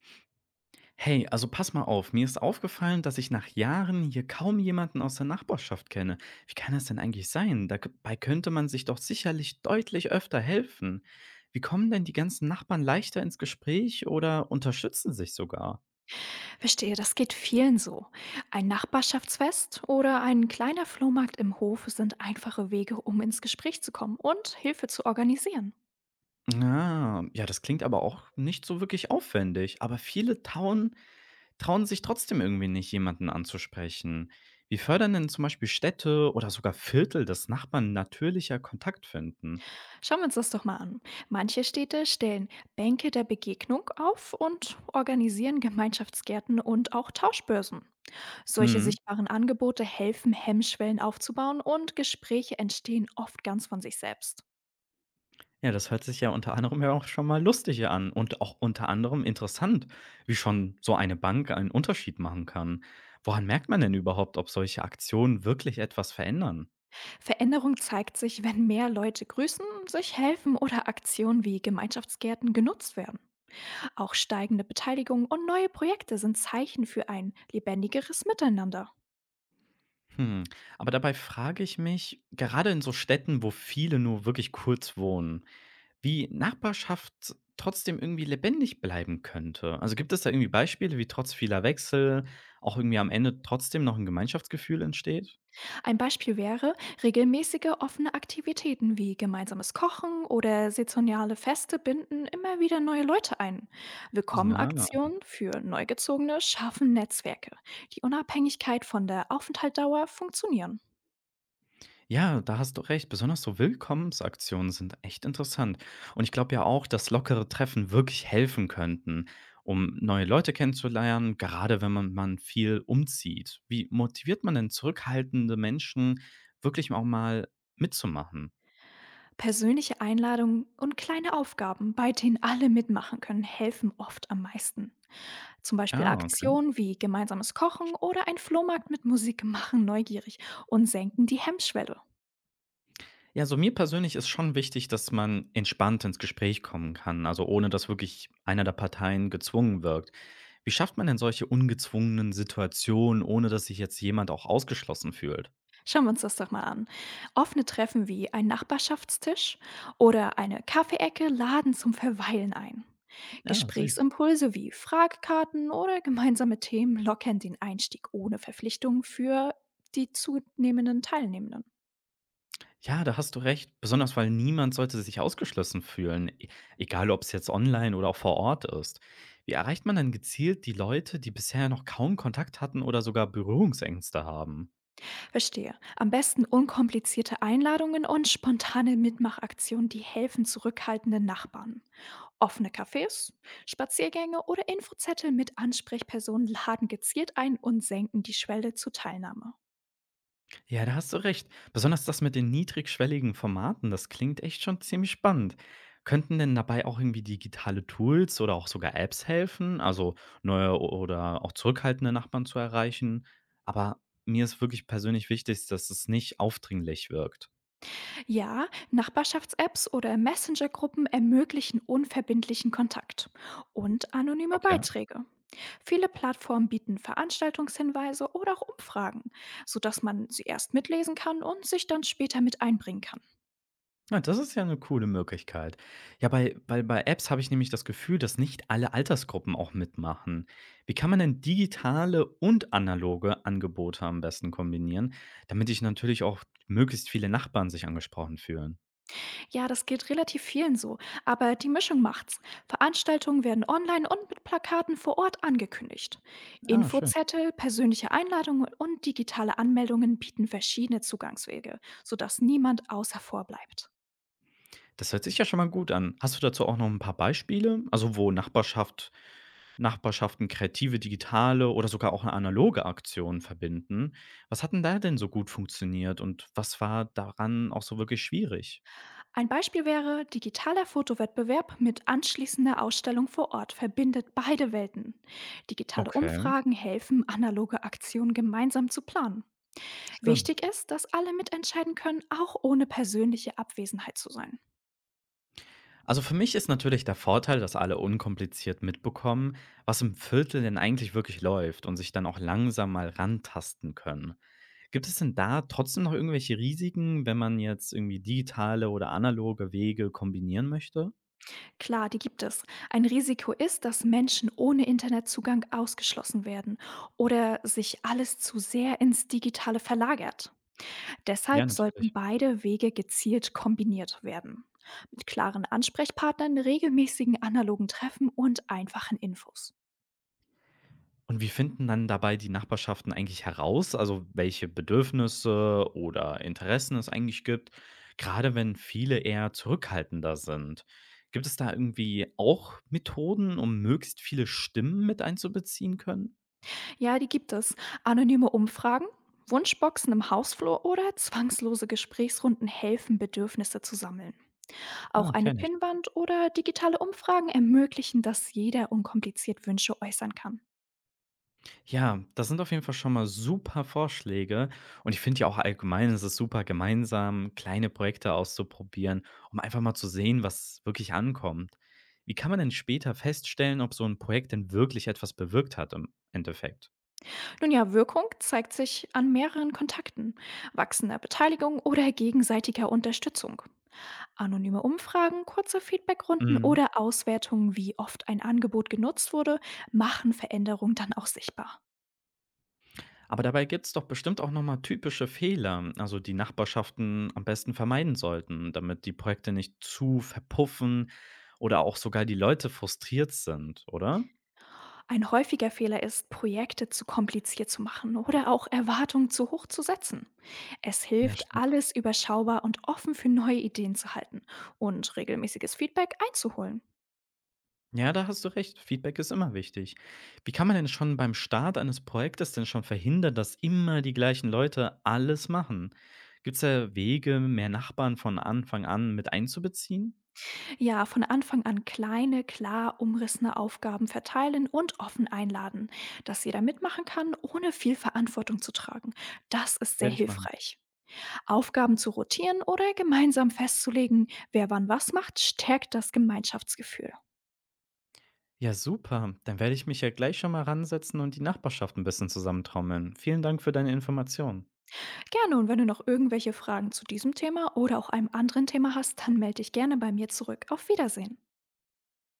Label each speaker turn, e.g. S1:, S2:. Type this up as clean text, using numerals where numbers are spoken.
S1: Hey, also pass mal auf, mir ist aufgefallen, dass ich nach Jahren hier kaum jemanden aus der Nachbarschaft kenne. Wie kann das denn eigentlich sein? Dabei könnte man sich doch sicherlich deutlich öfter helfen. Wie kommen denn die ganzen Nachbarn leichter ins Gespräch oder unterstützen sich sogar?
S2: Verstehe, das geht vielen so. Ein Nachbarschaftsfest oder ein kleiner Flohmarkt im Hof sind einfache Wege, um ins Gespräch zu kommen und Hilfe zu organisieren.
S1: Ah, ja, das klingt aber auch nicht so wirklich aufwendig. Aber viele trauen sich trotzdem irgendwie nicht, jemanden anzusprechen. Wie fördern denn zum Beispiel Städte oder sogar Viertel, dass Nachbarn natürlicher Kontakt finden?
S2: Schauen wir uns das doch mal an. Manche Städte stellen Bänke der Begegnung auf und organisieren Gemeinschaftsgärten und auch Tauschbörsen. Solche
S1: Mhm.
S2: sichtbaren Angebote helfen, Hemmschwellen aufzubauen und Gespräche entstehen oft ganz von sich selbst.
S1: Ja, das hört sich ja unter anderem ja auch schon mal lustig an und auch unter anderem interessant, wie schon so eine Bank einen Unterschied machen kann. Woran merkt man denn überhaupt, ob solche Aktionen wirklich etwas verändern?
S2: Veränderung zeigt sich, wenn mehr Leute grüßen, sich helfen oder Aktionen wie Gemeinschaftsgärten genutzt werden. Auch steigende Beteiligung und neue Projekte sind Zeichen für ein lebendigeres Miteinander.
S1: Hm, aber dabei frage ich mich, gerade in so Städten, wo viele nur wirklich kurz wohnen, wie Nachbarschaft trotzdem irgendwie lebendig bleiben könnte. Also gibt es da irgendwie Beispiele, wie trotz vieler Wechsel auch irgendwie am Ende trotzdem noch ein Gemeinschaftsgefühl entsteht?
S2: Ein Beispiel wäre regelmäßige offene Aktivitäten wie gemeinsames Kochen oder saisonale Feste binden immer wieder neue Leute ein.
S1: Ja.
S2: Willkommenaktionen für Neugezogene schaffen Netzwerke, die Unabhängigkeit von der Aufenthaltsdauer funktionieren.
S1: Ja, da hast du recht. Besonders so Willkommensaktionen sind echt interessant. Und ich glaube ja auch, dass lockere Treffen wirklich helfen könnten, um neue Leute kennenzulernen, gerade wenn man viel umzieht. Wie motiviert man denn zurückhaltende Menschen, wirklich auch mal mitzumachen?
S2: Persönliche Einladungen und kleine Aufgaben, bei denen alle mitmachen können, helfen oft am meisten. Zum Beispiel
S1: Ja, okay.
S2: Aktionen wie gemeinsames Kochen oder ein Flohmarkt mit Musik machen neugierig und senken die Hemmschwelle.
S1: Ja, so mir persönlich ist schon wichtig, dass man entspannt ins Gespräch kommen kann, also ohne dass wirklich einer der Parteien gezwungen wirkt. Wie schafft man denn solche ungezwungenen Situationen, ohne dass sich jetzt jemand auch ausgeschlossen fühlt?
S2: Schauen wir uns das doch mal an. Offene Treffen wie ein Nachbarschaftstisch oder eine Kaffeeecke laden zum Verweilen ein.
S1: Ja, süß.
S2: Gesprächsimpulse wie Fragkarten oder gemeinsame Themen lockern den Einstieg ohne Verpflichtungen für die zunehmenden Teilnehmenden.
S1: Ja, da hast du recht. Besonders, weil niemand sollte sich ausgeschlossen fühlen, e egal ob es jetzt online oder auch vor Ort ist. Wie erreicht man dann gezielt die Leute, die bisher noch kaum Kontakt hatten oder sogar Berührungsängste haben?
S2: Verstehe. Am besten unkomplizierte Einladungen und spontane Mitmachaktionen, die helfen zurückhaltenden Nachbarn. Offene Cafés, Spaziergänge oder Infozettel mit Ansprechpersonen laden gezielt ein und senken die Schwelle zur Teilnahme.
S1: Ja, da hast du recht. Besonders das mit den niedrigschwelligen Formaten, das klingt echt schon ziemlich spannend. Könnten denn dabei auch irgendwie digitale Tools oder auch sogar Apps helfen, also neue o oder auch zurückhaltende Nachbarn zu erreichen? Aber mir ist wirklich persönlich wichtig, dass es nicht aufdringlich wirkt.
S2: Ja, Nachbarschafts-Apps oder Messenger-Gruppen ermöglichen unverbindlichen Kontakt und anonyme
S1: Okay.
S2: Beiträge. Viele Plattformen bieten Veranstaltungshinweise oder auch Umfragen, sodass man sie erst mitlesen kann und sich dann später mit einbringen kann.
S1: Na, das ist ja eine coole Möglichkeit. Ja, bei Apps habe ich nämlich das Gefühl, dass nicht alle Altersgruppen auch mitmachen. Wie kann man denn digitale und analoge Angebote am besten kombinieren, damit sich natürlich auch möglichst viele Nachbarn sich angesprochen fühlen?
S2: Ja, das geht relativ vielen so, aber die Mischung macht's. Veranstaltungen werden online und mit Plakaten vor Ort angekündigt.
S1: Ah, schön.
S2: Infozettel, persönliche Einladungen und digitale Anmeldungen bieten verschiedene Zugangswege, sodass niemand außer vor bleibt.
S1: Das hört sich ja schon mal gut an. Hast du dazu auch noch ein paar Beispiele? Also, wo Nachbarschaften kreative, digitale oder sogar auch analoge Aktionen verbinden. Was hat 'n da denn so gut funktioniert und was war daran auch so wirklich schwierig?
S2: Ein Beispiel wäre, digitaler Fotowettbewerb mit anschließender Ausstellung vor Ort verbindet beide Welten. Digitale
S1: Okay.
S2: Umfragen helfen, analoge Aktionen gemeinsam zu planen.
S1: Stimmt.
S2: Wichtig ist, dass alle mitentscheiden können, auch ohne persönliche Abwesenheit zu sein.
S1: Also für mich ist natürlich der Vorteil, dass alle unkompliziert mitbekommen, was im Viertel denn eigentlich wirklich läuft und sich dann auch langsam mal rantasten können. Gibt es denn da trotzdem noch irgendwelche Risiken, wenn man jetzt irgendwie digitale oder analoge Wege kombinieren möchte?
S2: Klar, die gibt es. Ein Risiko ist, dass Menschen ohne Internetzugang ausgeschlossen werden oder sich alles zu sehr ins Digitale verlagert.
S1: Ja,
S2: Deshalb
S1: natürlich.
S2: sollten beide Wege gezielt kombiniert werden. Mit klaren Ansprechpartnern, regelmäßigen analogen Treffen und einfachen Infos.
S1: Und wie finden dann dabei die Nachbarschaften eigentlich heraus, also welche Bedürfnisse oder Interessen es eigentlich gibt, gerade wenn viele eher zurückhaltender sind? Gibt es da irgendwie auch Methoden, um möglichst viele Stimmen mit einzubeziehen können?
S2: Ja, die gibt es. Anonyme Umfragen, Wunschboxen im Hausflur oder zwangslose Gesprächsrunden helfen, Bedürfnisse zu sammeln. Auch
S1: Ja,
S2: eine
S1: kenne ich.
S2: Pinnwand oder digitale Umfragen ermöglichen, dass jeder unkompliziert Wünsche äußern kann.
S1: Ja, das sind auf jeden Fall schon mal super Vorschläge. Und ich finde ja auch allgemein, es ist super, gemeinsam kleine Projekte auszuprobieren, um einfach mal zu sehen, was wirklich ankommt. Wie kann man denn später feststellen, ob so ein Projekt denn wirklich etwas bewirkt hat im Endeffekt?
S2: Nun ja, Wirkung zeigt sich an mehreren Kontakten, wachsender Beteiligung oder gegenseitiger Unterstützung. Anonyme Umfragen, kurze Feedbackrunden
S1: Mhm.
S2: oder Auswertungen, wie oft ein Angebot genutzt wurde, machen Veränderungen dann auch sichtbar.
S1: Aber dabei gibt es doch bestimmt auch nochmal typische Fehler, also die Nachbarschaften am besten vermeiden sollten, damit die Projekte nicht zu verpuffen oder auch sogar die Leute frustriert sind, oder?
S2: Ein häufiger Fehler ist, Projekte zu kompliziert zu machen oder auch Erwartungen zu hoch zu setzen. Es
S1: Ja,
S2: hilft,
S1: stimmt.
S2: alles überschaubar und offen für neue Ideen zu halten und regelmäßiges Feedback einzuholen.
S1: Ja, da hast du recht. Feedback ist immer wichtig. Wie kann man denn schon beim Start eines Projektes denn schon verhindern, dass immer die gleichen Leute alles machen? Gibt's da Wege, mehr Nachbarn von Anfang an mit einzubeziehen?
S2: Ja, von Anfang an kleine, klar umrissene Aufgaben verteilen und offen einladen, dass jeder mitmachen kann, ohne viel Verantwortung zu tragen. Das ist sehr
S1: Werde ich machen.
S2: hilfreich. Aufgaben zu rotieren oder gemeinsam festzulegen, wer wann was macht, stärkt das Gemeinschaftsgefühl.
S1: Ja, super. Dann werde ich mich ja gleich schon mal ransetzen und die Nachbarschaft ein bisschen zusammentrommeln. Vielen Dank für deine Informationen.
S2: Gerne und wenn du noch irgendwelche Fragen zu diesem Thema oder auch einem anderen Thema hast, dann melde dich gerne bei mir zurück. Auf Wiedersehen.